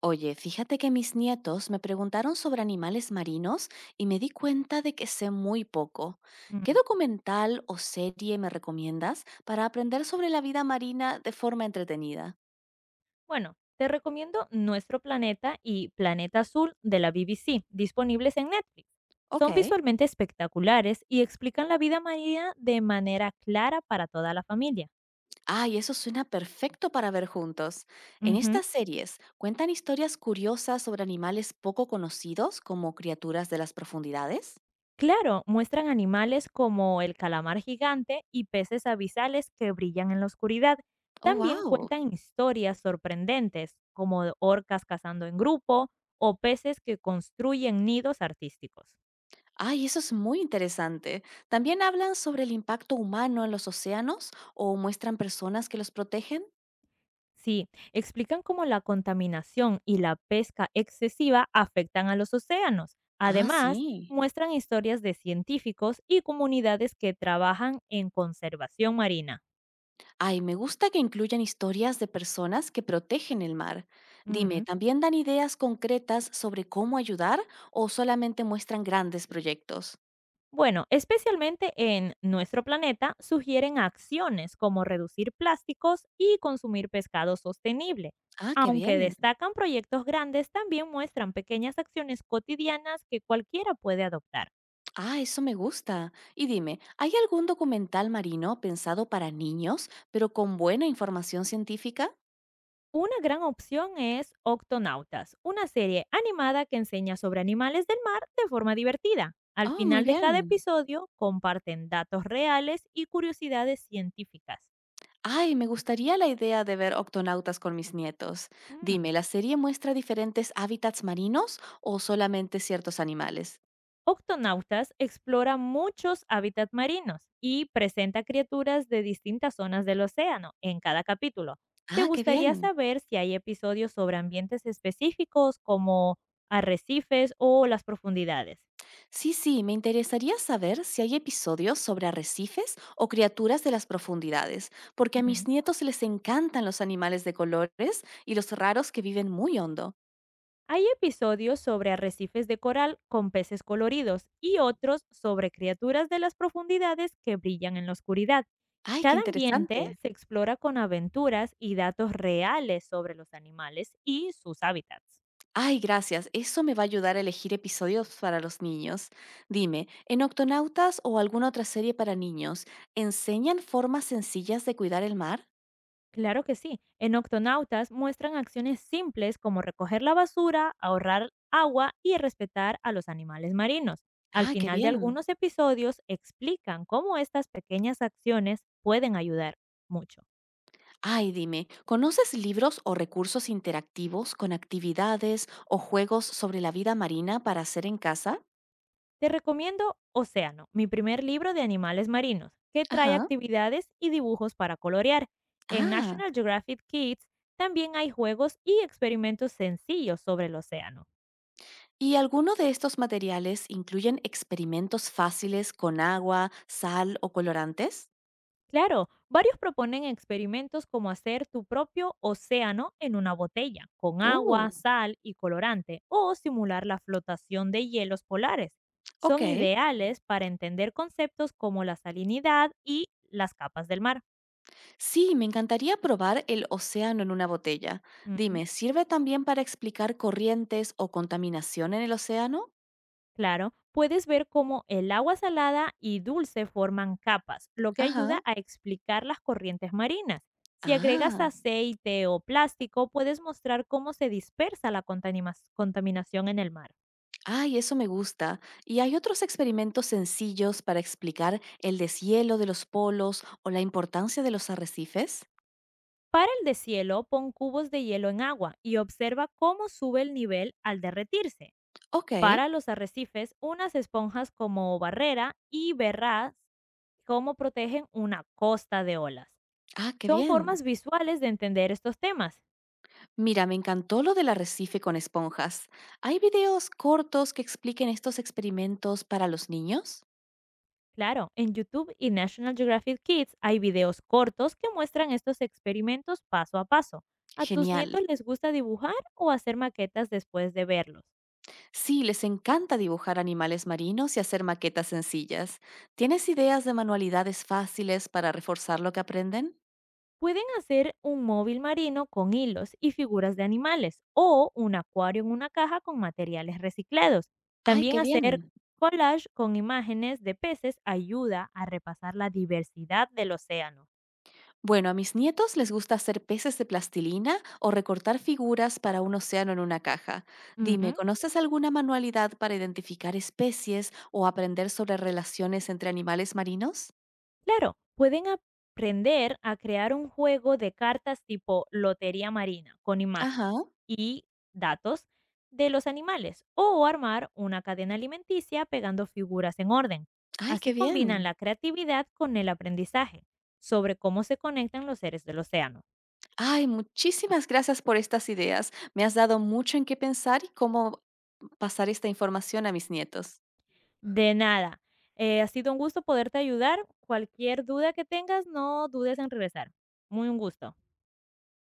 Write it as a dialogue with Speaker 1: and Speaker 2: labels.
Speaker 1: Oye, fíjate que mis nietos me preguntaron sobre animales marinos y me di cuenta de que sé muy poco. ¿Qué
Speaker 2: Mm.
Speaker 1: documental o serie me recomiendas para aprender sobre la vida marina de forma entretenida?
Speaker 2: Bueno, te recomiendo Nuestro Planeta y Planeta Azul de la BBC, disponibles en Netflix. Son
Speaker 1: Ok.
Speaker 2: visualmente espectaculares y explican la vida marina de manera clara para toda la familia.
Speaker 1: Ay, eso suena perfecto para ver juntos. En
Speaker 2: Ujú.
Speaker 1: estas series cuentan historias curiosas sobre animales poco conocidos como criaturas de las profundidades.
Speaker 2: Claro, muestran animales como el calamar gigante y peces abisales que brillan en la oscuridad.
Speaker 1: Oh,
Speaker 2: También
Speaker 1: wow.
Speaker 2: cuentan historias sorprendentes, como de orcas cazando en grupo o peces que construyen nidos artísticos.
Speaker 1: Ay, eso es muy interesante. ¿También hablan sobre el impacto humano en los océanos o muestran personas que los protegen?
Speaker 2: Sí, explican cómo la contaminación y la pesca excesiva afectan a los océanos.
Speaker 1: Ah,
Speaker 2: Además,
Speaker 1: sí.
Speaker 2: muestran historias de científicos y comunidades que trabajan en conservación marina.
Speaker 1: Ay, me gusta que incluyan historias de personas que protegen el mar. Dime,
Speaker 2: Mm.
Speaker 1: ¿también dan ideas concretas sobre cómo ayudar o solamente muestran grandes proyectos?
Speaker 2: Bueno, especialmente en nuestro planeta, sugieren acciones como reducir plásticos y consumir pescado sostenible.
Speaker 1: Ah, qué
Speaker 2: Aunque
Speaker 1: bien.
Speaker 2: destacan proyectos grandes, también muestran pequeñas acciones cotidianas que cualquiera puede adoptar.
Speaker 1: Ah, eso me gusta. Y dime, ¿hay algún documental marino pensado para niños, pero con buena información científica?
Speaker 2: Una gran opción es Octonautas, una serie animada que enseña sobre animales del mar de forma divertida. Al
Speaker 1: Oh, muy
Speaker 2: final de cada
Speaker 1: bien.
Speaker 2: episodio comparten datos reales y curiosidades científicas.
Speaker 1: Ay, me gustaría la idea de ver Octonautas con mis nietos.
Speaker 2: Mm.
Speaker 1: Dime, ¿la serie muestra diferentes hábitats marinos o solamente ciertos animales?
Speaker 2: Octonautas explora muchos hábitats marinos y presenta criaturas de distintas zonas del océano en cada capítulo. ¿Te
Speaker 1: Ah, qué
Speaker 2: gustaría
Speaker 1: bien.
Speaker 2: saber si hay episodios sobre ambientes específicos como arrecifes o las profundidades?
Speaker 1: Sí, sí, me interesaría saber si hay episodios sobre arrecifes o criaturas de las profundidades, porque a mis
Speaker 2: Ujú.
Speaker 1: nietos les encantan los animales de colores y los raros que viven muy hondo.
Speaker 2: Hay episodios sobre arrecifes de coral con peces coloridos y otros sobre criaturas de las profundidades que brillan en la oscuridad.
Speaker 1: Ay, qué
Speaker 2: Cada ambiente
Speaker 1: interesante.
Speaker 2: se explora con aventuras y datos reales sobre los animales y sus hábitats.
Speaker 1: Ay, gracias. Eso me va a ayudar a elegir episodios para los niños. Dime, ¿en Octonautas o alguna otra serie para niños enseñan formas sencillas de cuidar el mar?
Speaker 2: Claro que sí, en Octonautas muestran acciones simples como recoger la basura, ahorrar agua y respetar a los animales marinos. Al
Speaker 1: Ah, qué
Speaker 2: final de
Speaker 1: bien.
Speaker 2: algunos episodios explican cómo estas pequeñas acciones pueden ayudar mucho.
Speaker 1: Ay, dime, ¿conoces libros o recursos interactivos con actividades o juegos sobre la vida marina para hacer en casa?
Speaker 2: Te recomiendo Océano, mi primer libro de animales marinos, que trae
Speaker 1: Ajá.
Speaker 2: actividades y dibujos para colorear. En
Speaker 1: Ah,
Speaker 2: National Geographic Kids también hay juegos y experimentos sencillos sobre el océano.
Speaker 1: ¿y alguno de estos materiales incluyen experimentos fáciles con agua, sal o colorantes?
Speaker 2: Claro, varios proponen experimentos como hacer tu propio océano en una botella, con
Speaker 1: Uh,
Speaker 2: agua, sal y colorante, o simular la flotación de hielos polares. Son
Speaker 1: ok.
Speaker 2: ideales para entender conceptos como la salinidad y las capas del mar.
Speaker 1: Sí, me encantaría probar el océano en una botella.
Speaker 2: Ujú.
Speaker 1: Dime, ¿sirve también para explicar corrientes o contaminación en el océano?
Speaker 2: Claro, puedes ver cómo el agua salada y dulce forman capas, lo que
Speaker 1: Ajá.
Speaker 2: ayuda a explicar las corrientes marinas. Si agregas
Speaker 1: Ah,
Speaker 2: aceite o plástico, puedes mostrar cómo se dispersa la contaminación en el mar.
Speaker 1: ay, eso me gusta. ¿Y hay otros experimentos sencillos para explicar el deshielo de los polos o la importancia de los arrecifes?
Speaker 2: Para el deshielo, pon cubos de hielo en agua y observa cómo sube el nivel al derretirse.
Speaker 1: Ok.
Speaker 2: Para los arrecifes, unas esponjas como barrera y verás cómo protegen una costa de olas.
Speaker 1: Ah, qué
Speaker 2: Son
Speaker 1: bien.
Speaker 2: formas visuales de entender estos temas.
Speaker 1: Mira, me encantó lo del arrecife con esponjas. ¿Hay videos cortos que expliquen estos experimentos para los niños?
Speaker 2: Claro, en YouTube y National Geographic Kids hay videos cortos que muestran estos experimentos paso a paso. ¿A tus
Speaker 1: Genial.
Speaker 2: nietos les gusta dibujar o hacer maquetas después de verlos?
Speaker 1: Sí, les encanta dibujar animales marinos y hacer maquetas sencillas. ¿Tienes ideas de manualidades fáciles para reforzar lo que aprenden?
Speaker 2: Pueden hacer un móvil marino con hilos y figuras de animales o un acuario en una caja con materiales reciclados.
Speaker 1: ¡Ay,
Speaker 2: También
Speaker 1: qué
Speaker 2: hacer
Speaker 1: bien!
Speaker 2: collage con imágenes de peces ayuda a repasar la diversidad del océano.
Speaker 1: Bueno, a mis nietos les gusta hacer peces de plastilina o recortar figuras para un océano en una caja. Dime,
Speaker 2: Ujú.
Speaker 1: ¿conoces alguna manualidad para identificar especies o aprender sobre relaciones entre animales marinos?
Speaker 2: Claro, pueden aprender a crear un juego de cartas tipo Lotería Marina con
Speaker 1: Ajá.
Speaker 2: imágenes y datos de los animales o armar una cadena alimenticia pegando figuras en orden.
Speaker 1: ¡Ay, qué
Speaker 2: Así combinan
Speaker 1: bien!
Speaker 2: la creatividad con el aprendizaje sobre cómo se conectan los seres del océano.
Speaker 1: Ay, muchísimas gracias por estas ideas. Me has dado mucho en qué pensar y cómo pasar esta información a mis nietos.
Speaker 2: De nada, ha sido un gusto poderte ayudar. Cualquier duda que tengas, no dudes en regresar. Muy un gusto.